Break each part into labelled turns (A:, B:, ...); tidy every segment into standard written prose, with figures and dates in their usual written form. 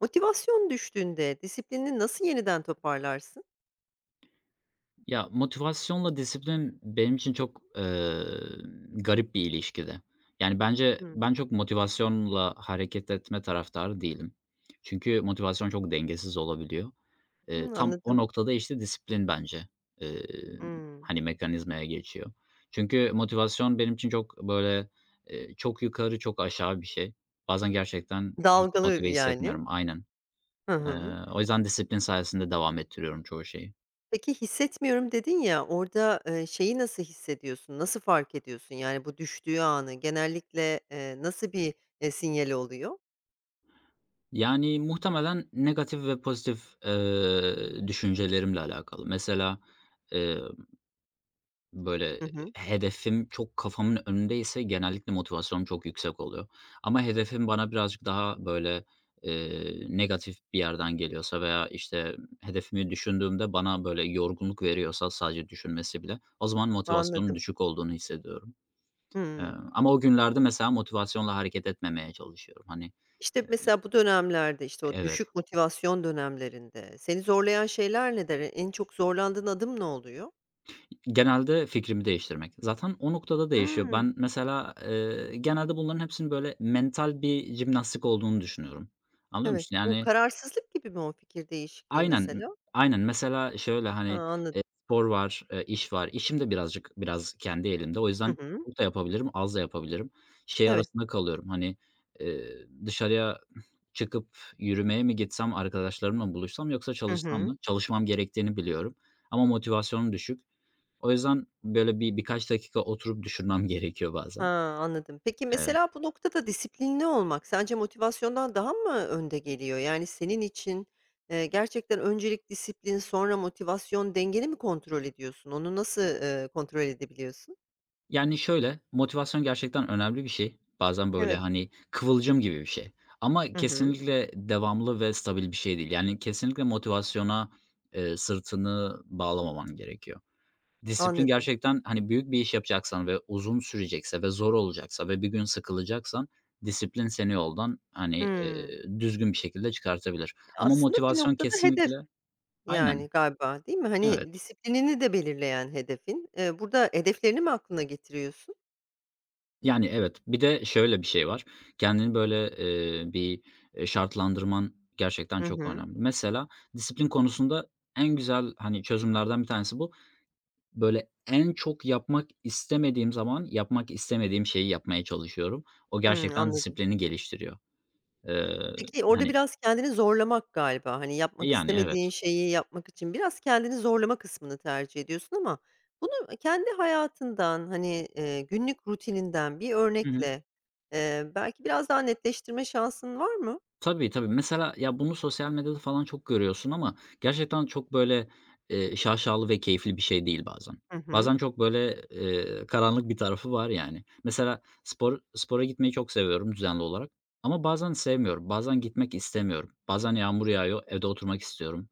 A: Motivasyon düştüğünde disiplinini nasıl yeniden toparlarsın?
B: Ya, motivasyonla disiplin benim için çok, garip bir ilişkide. Yani, bence
A: Hımm.
B: ben çok motivasyonla hareket etme taraftarı değilim. Çünkü motivasyon çok dengesiz olabiliyor.
A: Hımm,
B: Tam o
A: anladım.
B: noktada, işte, disiplin bence, eee,
A: Hımm.
B: hani, mekanizmaya geçiyor. Çünkü motivasyon benim için çok, böyle, çok yukarı, çok aşağı bir şey. Bazen gerçekten hiç
A: Dalgalı
B: motive
A: yani.
B: hissetmiyorum. Aynen.
A: Hı
B: Eee,
A: hı.
B: O yüzden disiplin sayesinde devam ettiriyorum çoğu şeyi.
A: Peki, "Hissetmiyorum." dedin ya, orada, şeyi nasıl hissediyorsun? Nasıl fark ediyorsun? Yani bu düştüğü anı genellikle, nasıl bir sinyali oluyor?
B: Yani, muhtemelen negatif ve pozitif, düşüncelerimle alakalı. Mesela, eee, böyle,
A: Hı hı.
B: hedefim çok kafamın önündeyse genellikle motivasyonum çok yüksek oluyor. Ama hedefim bana birazcık daha, böyle, negatif bir yerden geliyorsa veya, işte, hedefimi düşündüğümde bana, böyle, yorgunluk veriyorsa sadece düşünmesi bile o zaman motivasyonun
A: Anladım.
B: düşük olduğunu hissediyorum. Eee,
A: Hımm.
B: Ama o günlerde mesela motivasyonla hareket etmemeye çalışıyorum. Hani,
A: İşte, mesela bu dönemlerde, işte, o
B: evet.
A: düşük motivasyon dönemlerinde seni zorlayan şeyler neler? En çok zorlandığın adım ne oluyor?
B: Genelde fikrimi değiştirmek. Zaten o noktada değişiyor.
A: Hımm.
B: Ben mesela, genelde bunların hepsinin böyle mental bir jimnastik olduğunu düşünüyorum. Anlıyor
A: Evet,
B: musun?
A: bu
B: Yani
A: kararsızlık gibi mi o fikir değişikliği
B: aynen,
A: mesela?
B: aynen. Mesela şöyle,
A: Ha,
B: hani,
A: anladım.
B: spor var, iş var. İşim de biraz kendi elimde. O
A: Hı
B: yüzden
A: hı.
B: çok da yapabilirim, az da yapabilirim. Şey
A: Evet.
B: arasında kalıyorum, hani, dışarıya çıkıp yürümeye mi gitsem, arkadaşlarımla mı buluşsam yoksa
A: Hı
B: çalışsam
A: hı.
B: mı? Çalışmam gerektiğini biliyorum ama motivasyonum düşük. O yüzden böyle birkaç dakika oturup düşünmem gerekiyor
A: Ha,
B: bazen.
A: anladım. Peki
B: Eee,
A: mesela bu noktada disiplinli olmak sence motivasyondan daha mı önde geliyor? Yani senin için, gerçekten öncelik disiplin, sonra motivasyon dengeni mi kontrol ediyorsun? Onu nasıl, kontrol edebiliyorsun?
B: Yani şöyle, motivasyon gerçekten önemli bir şey. Bazen böyle,
A: Evet.
B: hani, kıvılcım gibi bir şey ama
A: Hı hı.
B: kesinlikle devamlı ve stabil bir şey değil. Yani kesinlikle motivasyona, sırtını bağlamaman gerekiyor. Disiplin
A: Anladım.
B: gerçekten, hani, büyük bir iş yapacaksan ve uzun sürecekse ve zor olacaksa ve bir gün sıkılacaksan disiplin seni yoldan, hani,
A: Hımm.
B: düzgün bir şekilde çıkartabilir ama
A: Aslında bir
B: motivasyon
A: noktada hedef
B: kesinlikle aynen,
A: yani galiba, değil mi?
B: evet.
A: Hani disiplinini de belirleyen hedefin. Burada hedeflerini mi aklına getiriyorsun?
B: Yani, evet. Bir de şöyle bir şey var. Kendini böyle, bir, şartlandırman gerçekten
A: Hı
B: çok
A: hı.
B: önemli. Mesela disiplin konusunda en güzel, hani, çözümlerden bir tanesi bu. Böyle en çok yapmak istemediğim zaman yapmak istemediğim şeyi yapmaya çalışıyorum. O
A: Hımm,
B: gerçekten
A: anladım.
B: disiplini geliştiriyor. Eee,
A: Peki, orada
B: Hani,
A: biraz kendini zorlamak galiba, hani, yapmak
B: yani, evet.
A: istemediğin şeyi yapmak için biraz kendini zorlama kısmını tercih ediyorsun ama bunu kendi hayatından, hani, günlük rutininden bir
B: Hı hı.
A: örnekle, belki biraz daha netleştirme şansın var mı?
B: Tabii, tabii. Mesela ya, bunu sosyal medyada falan çok görüyorsun ama gerçekten çok böyle, şaşalı ve keyifli bir şey değil bazen.
A: Hı hı.
B: Bazen çok böyle, karanlık bir tarafı var yani. Mesela spora gitmeyi çok seviyorum düzenli olarak ama bazen sevmiyorum. Bazen gitmek istemiyorum. Bazen yağmur yağıyor, evde oturmak istiyorum.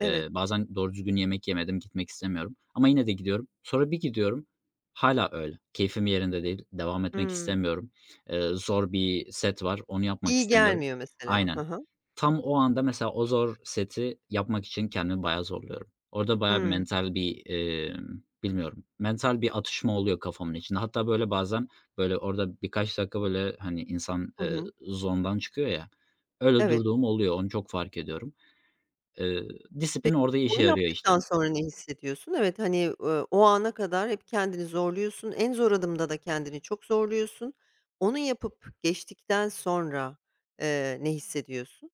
A: Evet.
B: Bazen doğru düzgün yemek yemedim, gitmek istemiyorum ama yine de gidiyorum. Sonra bir gidiyorum, hâlâ öyle. Keyfim yerinde değil, devam etmek
A: Hımm.
B: istemiyorum. Zor bir set var, onu yapmak
A: İyi
B: istemiyorum.
A: gelmiyor mesela. Hı
B: Aynen.
A: hı.
B: Tam o anda mesela o zor seti yapmak için kendimi bayağı zorluyorum. Orada bayağı bir
A: Hımm.
B: mental bir, bilmiyorum, mental bir atışma oluyor kafamın içinde. Hatta böyle bazen, böyle, orada birkaç dakika, böyle, hani, insan,
A: Hı hı.
B: zone'dan çıkıyor ya, öyle
A: Evet.
B: durduğum oluyor, onu çok fark ediyorum. Eee, Disiplin
A: Peki,
B: orada
A: hani,
B: işe
A: onu
B: yarıyor işte.
A: yaptıktan sonra ne hissediyorsun? Evet, hani, o ana kadar hep kendini zorluyorsun. En zor adımda da kendini çok zorluyorsun. Onu yapıp geçtikten sonra, ne hissediyorsun?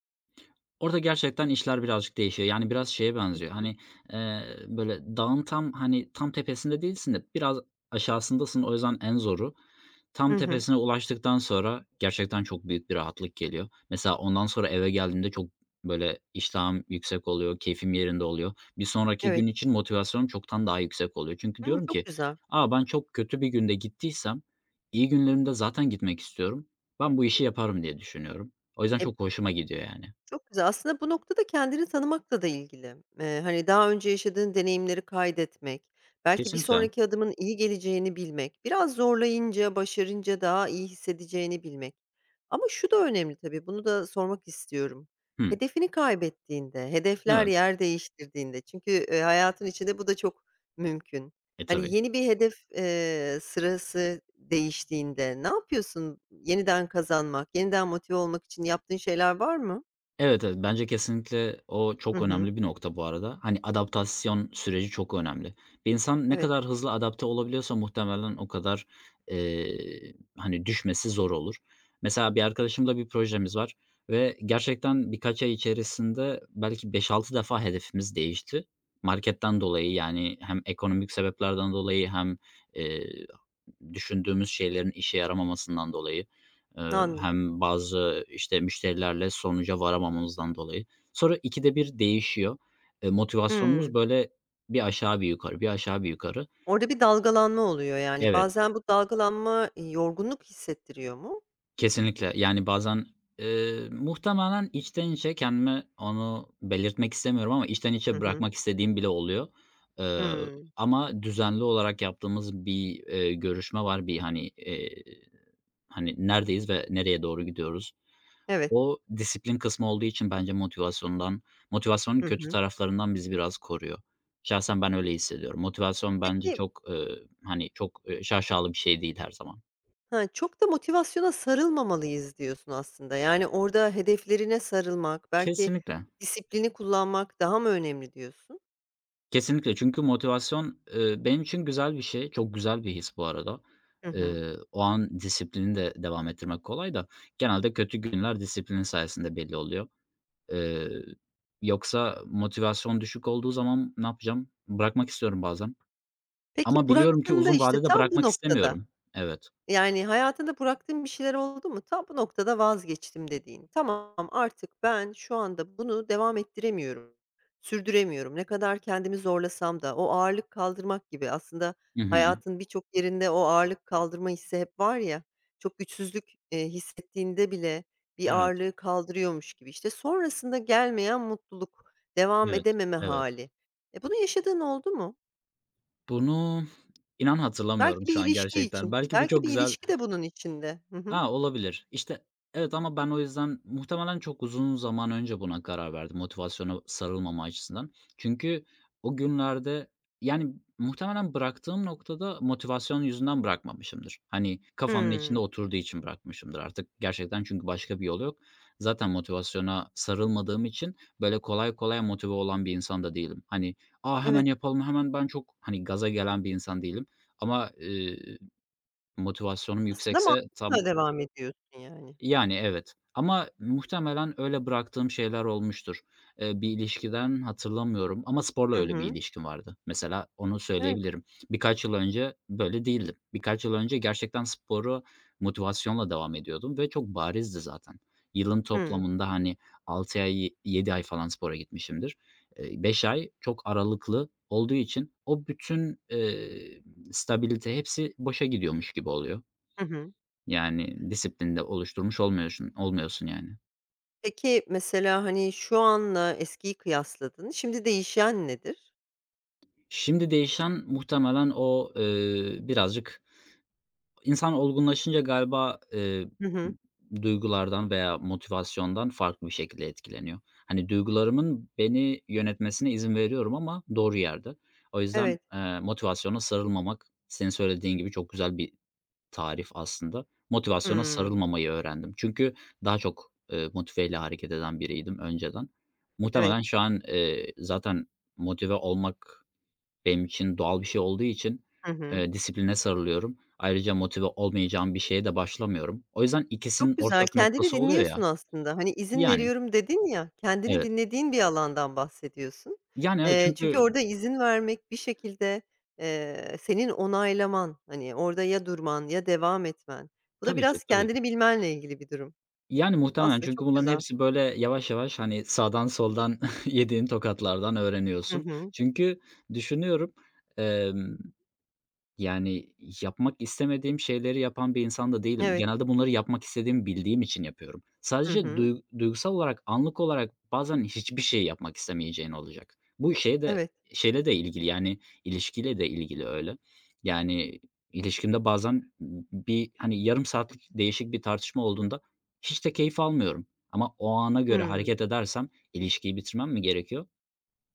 B: Orada gerçekten işler birazcık değişiyor. Yani biraz şeye
A: Hı
B: benziyor,
A: hı.
B: hani, eee, böyle dağın tam, hani, tam tepesinde değilsin de biraz aşağısındasın. O yüzden en zoru tam
A: Hı hı.
B: tepesine ulaştıktan sonra gerçekten çok büyük bir rahatlık geliyor. Mesela ondan sonra eve geldiğimde çok, böyle, iştahım yüksek oluyor, keyfim yerinde oluyor. Bir sonraki
A: Evet.
B: gün için motivasyonum çoktan daha yüksek oluyor. Çünkü
A: Hımm,
B: diyorum
A: çok
B: ki,
A: güzel.
B: aa ben çok kötü bir günde gittiysem iyi günlerimde zaten gitmek istiyorum. Ben bu işi yaparım." diye düşünüyorum. O yüzden
A: E,
B: çok hoşuma gidiyor yani.
A: çok güzel. Aslında bu noktada kendini tanımakla da ilgili. Hani, daha önce yaşadığın deneyimleri kaydetmek, belki bir
B: Kesinlikle.
A: sonraki adımın iyi geleceğini bilmek, biraz zorlayınca, başarınca daha iyi hissedeceğini bilmek. Ama şu da önemli tabii, bunu da sormak istiyorum.
B: Hı,
A: Hedefini kaybettiğinde, hedefler
B: evet.
A: yer değiştirdiğinde çünkü, hayatın içinde bu da çok mümkün.
B: E,
A: Hani,
B: tabii.
A: yeni bir hedef, sırası değiştiğinde ne yapıyorsun yeniden kazanmak, yeniden motive olmak için yaptığın şeyler var mı?
B: Evet, evet. Bence kesinlikle o
A: Hı
B: çok
A: hı.
B: önemli bir nokta bu arada. Hani adaptasyon süreci çok önemli. Bir insan ne
A: Evet,
B: kadar hızlı adapte olabiliyorsa muhtemelen o kadar, hani, düşmesi zor olur. Mesela bir arkadaşımla bir projemiz var ve gerçekten birkaç ay içerisinde belki 5-6 defa hedefimiz değişti. Marketten dolayı, yani, hem ekonomik sebeplerden dolayı hem, eee düşündüğümüz şeylerin işe yaramamasından dolayı,
A: anladım.
B: hem bazı, işte, müşterilerle sonuca varamamamızdan dolayı. Sonra 2'de bir değişiyor. Motivasyonumuz
A: Hımm.
B: böyle bir aşağı bir yukarı, bir aşağı bir yukarı.
A: Orada bir dalgalanma oluyor yani.
B: Evet,
A: Bazen bu dalgalanma, yorgunluk hissettiriyor mu?
B: kesinlikle. Yani bazen, muhtemelen içten içe kendime onu belirtmek istemiyorum ama içten
A: Hı
B: içe
A: hı.
B: bırakmak istediğim bile oluyor. Eee,
A: Hımm.
B: Ama düzenli olarak yaptığımız bir, görüşme var. Bir, hani, neredeyiz ve nereye doğru gidiyoruz?
A: Evet.
B: O disiplin kısmı olduğu için bence motivasyonun
A: Hı
B: kötü
A: hı.
B: taraflarından bizi biraz koruyor. Şahsen ben öyle hissediyorum. Motivasyon bence
A: Peki,
B: çok, hani, çok, şaşalı bir şey değil her zaman.
A: ha, çok da motivasyona sarılmamalıyız diyorsun aslında. Yani orada hedeflerine sarılmak, belki
B: Kesinlikle.
A: disiplini kullanmak daha mı önemli diyorsun?
B: Kesinlikle çünkü motivasyon, benim için güzel bir şey. Çok güzel bir his bu arada.
A: Hı hı.
B: O an disiplini de devam ettirmek kolay da genelde kötü günler disiplin sayesinde belli oluyor. Eee, Yoksa motivasyon düşük olduğu zaman ne yapacağım? Bırakmak istiyorum bazen.
A: Peki
B: Ama biliyorum ki
A: bıraktığında
B: uzun
A: işte
B: vadede
A: tam bu
B: bırakmak istemiyorum.
A: noktada
B: Evet.
A: yani, hayatında bıraktığın bir şeyler oldu mu? "Tam bu noktada vazgeçtim." dediğin. "Tamam, artık ben şu anda bunu devam ettiremiyorum, sürdüremiyorum. Ne kadar kendimi zorlasam da." O ağırlık kaldırmak gibi aslında
B: Hı hı.
A: hayatın birçok yerinde o ağırlık kaldırma hissi hep var ya, çok güçsüzlük, hissettiğinde bile bir
B: Evet,
A: ağırlığı kaldırıyormuş gibi. İşte, sonrasında gelmeyen mutluluk, devam
B: evet,
A: edememe
B: evet.
A: hali. E, bunu yaşadığın oldu mu?
B: Bunu inan hatırlamıyorum
A: Belki
B: şu
A: bir
B: an
A: ilişki
B: gerçekten.
A: için,
B: Belki bu
A: belki
B: çok
A: bir
B: güzel.
A: ilişki de bunun içinde. Hı hı.
B: A, olabilir. İşte, evet ama ben o yüzden muhtemelen çok uzun zaman önce buna karar verdim motivasyona sarılmama açısından. Çünkü o günlerde, yani, muhtemelen bıraktığım noktada motivasyon yüzünden bırakmamışımdır. Hani, kafamın içinde
A: Hımm.
B: oturduğu için bırakmışımdır artık gerçekten çünkü başka bir yol yok. Zaten motivasyona sarılmadığım için, böyle, kolay kolay motive olan bir insan da değilim. Hani, "A, hemen
A: Evet.
B: yapalım, hemen" ben çok, hani, gaza gelen bir insan değilim ama, motivasyonum
A: Aslında
B: yüksekse tam
A: mantıkla devam ediyorsun yani.
B: yani, evet ama muhtemelen öyle bıraktığım şeyler olmuştur. Bir ilişkiden hatırlamıyorum ama sporla
A: Hı
B: öyle bir
A: hı.
B: ilişkim vardı. Mesela onu
A: Evet.
B: söyleyebilirim. Birkaç yıl önce böyle değildim. Birkaç yıl önce gerçekten sporu motivasyonla devam ediyordum ve çok barizdi zaten. Yılın
A: Hıı.
B: toplamında, hani, 6 ay, 7 ay falan spora gitmişimdir. 5 ay çok aralıklı olduğu için o bütün, stabilite hepsi boşa gidiyormuş gibi oluyor.
A: Hı hı.
B: Yani, disiplinde oluşturmuş olmuyorsun yani.
A: Peki, mesela, hani, şu anla eskiyi kıyasladın. Şimdi değişen nedir?
B: Şimdi değişen muhtemelen o, birazcık insan olgunlaşınca galiba,
A: Hı hı.
B: duygulardan veya motivasyondan farklı bir şekilde etkileniyor. Hani, duygularımın beni yönetmesine izin veriyorum ama doğru yerde. O yüzden,
A: Evet.
B: motivasyona sarılmamak senin söylediğin gibi çok güzel bir tarif aslında. Motivasyona
A: Hımm.
B: sarılmamayı öğrendim. Çünkü daha çok, motiveyle hareket eden biriydim önceden.
A: Evet.
B: Muhtemelen şu an, zaten motive olmak benim için doğal bir şey olduğu için,
A: Hı hı.
B: disipline sarılıyorum. Ayrıca motive olmayacağım bir şeye de başlamıyorum. O yüzden
A: E,
B: ikisinin
A: çok güzel.
B: ortak
A: Kendini
B: noktası oluyor
A: dinliyorsun
B: ya.
A: aslında. Hani, izin
B: Yani,
A: veriyorum dedin ya, kendini
B: evet.
A: dinlediğin bir alandan bahsediyorsun.
B: Yani, evet
A: Çünkü
B: çünkü
A: orada izin vermek bir şekilde, senin onaylaman, hani, orada ya durman ya devam etmen. Bu da
B: tabii ki,
A: biraz
B: tabii ki.
A: kendini bilmenle ilgili bir durum.
B: Yani, muhtemelen
A: Aslında
B: çünkü
A: çok
B: bunların
A: güzel.
B: hepsi, böyle, yavaş yavaş, hani, sağdan soldan yediğin tokatlardan
A: Hı
B: öğreniyorsun.
A: hı.
B: Çünkü düşünüyorum, yani, yapmak istemediğim şeyleri yapan bir insan da değilim.
A: Evet.
B: Genelde bunları yapmak istediğimi bildiğim için yapıyorum.
A: Hı
B: Sadece
A: hı.
B: duygusal olarak, anlık olarak bazen hiçbir şey yapmak istemeyeceğin olacak. Bu şeye de
A: Evet.
B: Şeyle de ilgili, yani, ilişkiyle de ilgili öyle. Yani, ilişkimde bazen bir, hani, yarım saatlik değişik bir tartışma olduğunda hiç de keyif almıyorum ama o ana göre
A: Hıı.
B: hareket edersem ilişkiyi bitirmem mi gerekiyor?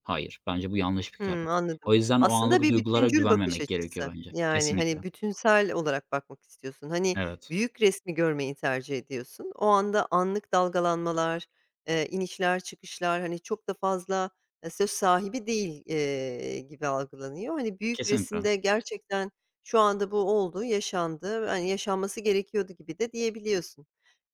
B: Hayır, bence bu yanlış bir
A: Hımm,
B: karar. O
A: anladım.
B: yüzden o
A: Aslında
B: anlık
A: bir
B: duygulara
A: bütüncül bakış
B: güvenmemek gerekiyor
A: açısı.
B: bence.
A: Yani,
B: Kesinlikle.
A: hani, bütünsel olarak bakmak istiyorsun. Hani,
B: Evet.
A: büyük resmi görmeyi tercih ediyorsun. O anda anlık dalgalanmalar, inişler, çıkışlar, hani, çok da fazla, söz sahibi değil, gibi algılanıyor. Hani, büyük
B: Kesinlikle.
A: resimde gerçekten şu anda bu oldu, yaşandı, hani, yaşanması gerekiyordu gibi de diyebiliyorsun.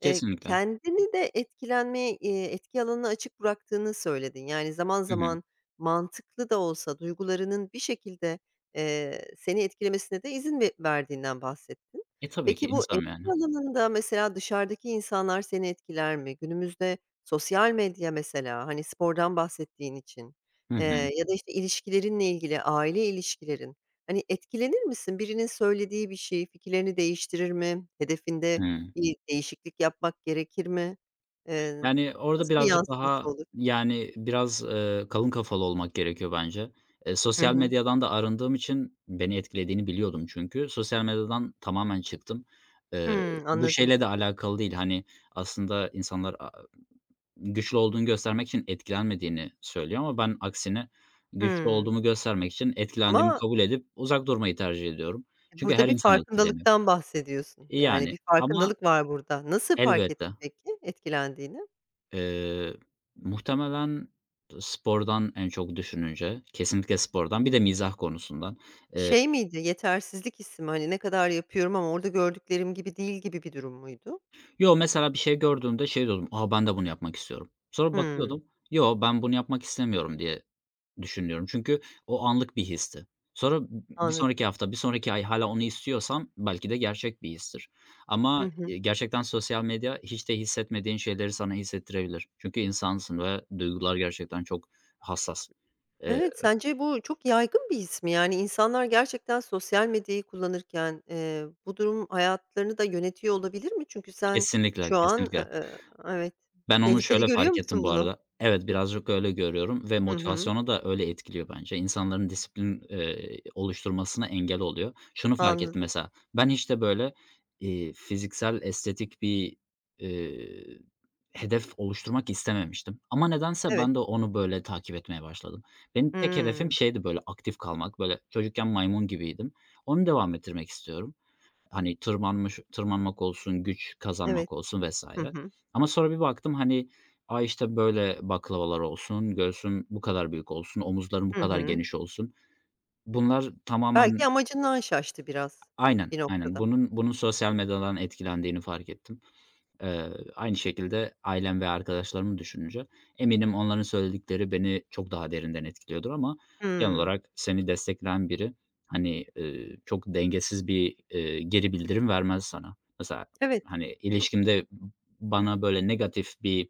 B: Kesinlikle.
A: Kendini de etkilenmeye, etki alanını açık bıraktığını söyledin. Yani, zaman
B: Hı hı.
A: zaman mantıklı da olsa duygularının bir şekilde, seni etkilemesine de izin verdiğinden bahsettin.
B: E, tabii ki
A: Peki bu etki
B: insanım yani.
A: alanında mesela dışarıdaki insanlar seni etkiler mi? Günümüzde sosyal medya mesela, hani, spordan bahsettiğin için,
B: Hı hı.
A: eee, ya da, işte, ilişkilerinle ilgili, aile ilişkilerin, hani, etkilenir misin? Birinin söylediği bir şey fikirlerini değiştirir mi? Hedefinde
B: Hıı.
A: bir değişiklik yapmak gerekir mi? Eee,
B: Yani, orada
A: nasıl bir
B: birazcık
A: yansıması
B: daha,
A: olur?
B: yani, biraz, kalın kafalı olmak gerekiyor bence.
A: Hı
B: Sosyal
A: hı.
B: medyadan da arındığım için beni etkilediğini biliyordum çünkü. Sosyal medyadan tamamen çıktım. Eee,
A: Hımm,
B: Bu
A: anladım.
B: şeyle de alakalı değil, hani, aslında insanlar güçlü olduğunu göstermek için etkilenmediğini söylüyor ama ben aksine güçlü
A: Hımm.
B: olduğumu göstermek için etkilendiğimi
A: Ama
B: kabul edip uzak durmayı tercih ediyorum. Çünkü her
A: burada bir
B: insan etkileniyor.
A: farkındalıktan bahsediyorsun. Yani,
B: Yani
A: bir
B: ama
A: farkındalık var burada. Nasıl fark
B: elbette,
A: ettin peki etkilendiğini?
B: eee, muhtemelen spordan en çok düşününce, kesinlikle spordan, bir de mizah konusundan.
A: Şey miydi, yetersizlik hissi mi? Hani, ne kadar yapıyorum ama orada gördüklerim gibi değil gibi bir durum muydu?
B: Yo, mesela bir şey gördüğümde şey diyordum, "A, ben de bunu yapmak istiyorum." Sonra
A: Hımm,
B: bakıyordum, "Yo, ben bunu yapmak istemiyorum." diye düşünüyorum. Çünkü o anlık bir histi. Sonra bir
A: anladım.
B: sonraki hafta, bir sonraki ay hâlâ onu istiyorsam belki de gerçek bir histir.
A: Hı
B: Ama,
A: hı.
B: gerçekten sosyal medya hiç de hissetmediğin şeyleri sana hissettirebilir. Çünkü insansın ve duygular gerçekten çok hassas. Eee,
A: Evet, sence bu çok yaygın bir his mi? Yani, insanlar gerçekten sosyal medyayı kullanırken, bu durum hayatlarını da yönetiyor olabilir mi? Çünkü sen
B: Kesinlikle,
A: şu an,
B: kesinlikle.
A: evet,
B: Ben onu
A: tehlikeli
B: şöyle
A: görüyor
B: fark ettim
A: musun
B: bu
A: bunu?
B: arada. Evet, birazcık öyle görüyorum ve
A: Hı hı,
B: motivasyonu da öyle etkiliyor bence. İnsanların disiplin, oluşturmasına engel oluyor. Şunu fark ettim
A: anladım.
B: mesela, ben hiç de böyle, fiziksel estetik bir, eee, hedef oluşturmak istememiştim ama nedense
A: Evet.
B: ben de onu böyle takip etmeye başladım. Benim tek hedefim
A: Hımm.
B: şeydi böyle aktif kalmak, böyle çocukken maymun gibiydim. Onu devam ettirmek istiyorum. Hani tırmanmak olsun, güç
A: Evet.
B: kazanmak olsun
A: Hı
B: vesaire.
A: hı.
B: Ama sonra bir baktım, hani, "A, işte, böyle baklavalar olsun, göğsüm bu kadar büyük olsun, omuzlarım bu
A: Hı
B: kadar
A: hı.
B: geniş olsun." Bunlar
A: Belki
B: tamamen
A: amacından şaştı biraz
B: aynen,
A: bir
B: aynen.
A: noktada.
B: Bunun sosyal medyadan etkilendiğini fark ettim. Eee, Aynı şekilde ailem ve arkadaşlarımı düşününce eminim onların söyledikleri beni çok daha derinden etkiliyordur ama genel
A: Hımm.
B: olarak seni destekleyen biri, hani, çok dengesiz bir, geri bildirim vermez sana. Mesela,
A: Evet,
B: hani, ilişkimde bana böyle negatif bir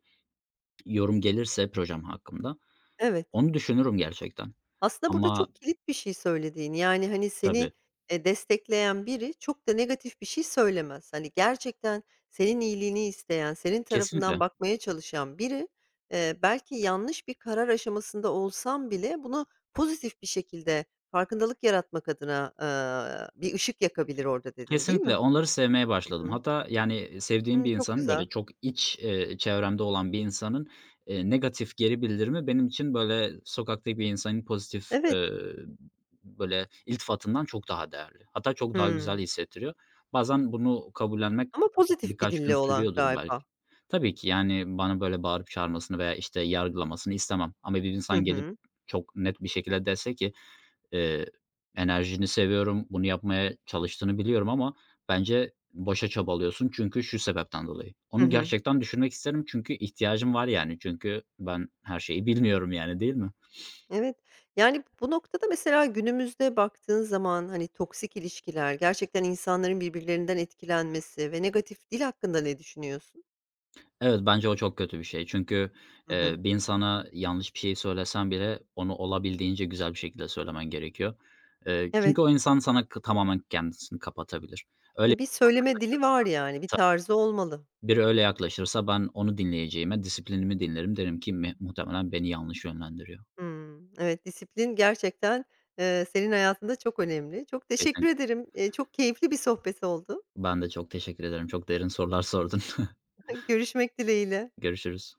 B: yorum gelirse projem hakkında
A: evet.
B: onu düşünürüm gerçekten
A: Aslında burada
B: ama
A: çok kilit bir şey söylediğin. Yani, hani, seni,
B: tabii,
A: destekleyen biri çok da negatif bir şey söylemez. Hani, gerçekten senin iyiliğini isteyen, senin tarafından
B: kesinlikle.
A: bakmaya çalışan biri, belki yanlış bir karar aşamasında olsan bile bunu pozitif bir şekilde farkındalık yaratmak adına, bir ışık yakabilir orada dedin, değil
B: Kesinlikle
A: mi?
B: onları sevmeye
A: Hı
B: başladım.
A: hı.
B: Hatta, yani, sevdiğim
A: Hımm,
B: bir
A: çok
B: insanın,
A: güzel.
B: böyle, çok iç, çevremde olan bir insanın, negatif geri bildirimi benim için, böyle, sokaktaki bir insanın pozitif,
A: Evet.
B: böyle, iltifatından çok daha değerli. Hatta çok daha güzel
A: Hımm.
B: hissettiriyor. Bazen bunu kabullenmek
A: Ama pozitif bir
B: birkaç gün
A: dille olan
B: sürüyordur belki.
A: galiba.
B: Tabii ki, yani, bana böyle bağırıp çağırmasını veya, işte, yargılamasını istemem ama bir
A: Hı
B: insan gelip
A: hı.
B: çok net bir şekilde dese ki Eee, enerjini seviyorum, bunu yapmaya çalıştığını biliyorum ama bence boşa çabalıyorsun çünkü şu sebepten dolayı.
A: Hı
B: Onu
A: hı.
B: gerçekten düşürmek isterim çünkü ihtiyacım var yani. Çünkü ben her şeyi bilmiyorum yani, değil mi?
A: Evet. Yani, bu noktada mesela günümüzde baktığın zaman, hani, toksik ilişkiler, gerçekten insanların birbirlerinden etkilenmesi ve negatif dil hakkında ne düşünüyorsun?
B: Evet, bence o çok kötü bir şey. Çünkü,
A: Hı hı.
B: bir insana yanlış bir şey söylesen bile onu olabildiğince güzel bir şekilde söylemen gerekiyor.
A: Evet.
B: Çünkü o insan sana tamamen kendisini kapatabilir. Öyle
A: E, bir söyleme dili var yani, bir tarzı olmalı.
B: biri öyle yaklaşırsa ben onu dinleyeceğime disiplinimi dinlerim. Derim ki muhtemelen beni yanlış yönlendiriyor.
A: Hımm. Evet, disiplin gerçekten, senin hayatında çok önemli. Çok teşekkür
B: Kesinlikle.
A: ederim. Çok keyifli bir sohbet oldu.
B: Ben de çok teşekkür ederim. Çok derin sorular sordun.
A: Görüşmek dileğiyle.
B: Görüşürüz.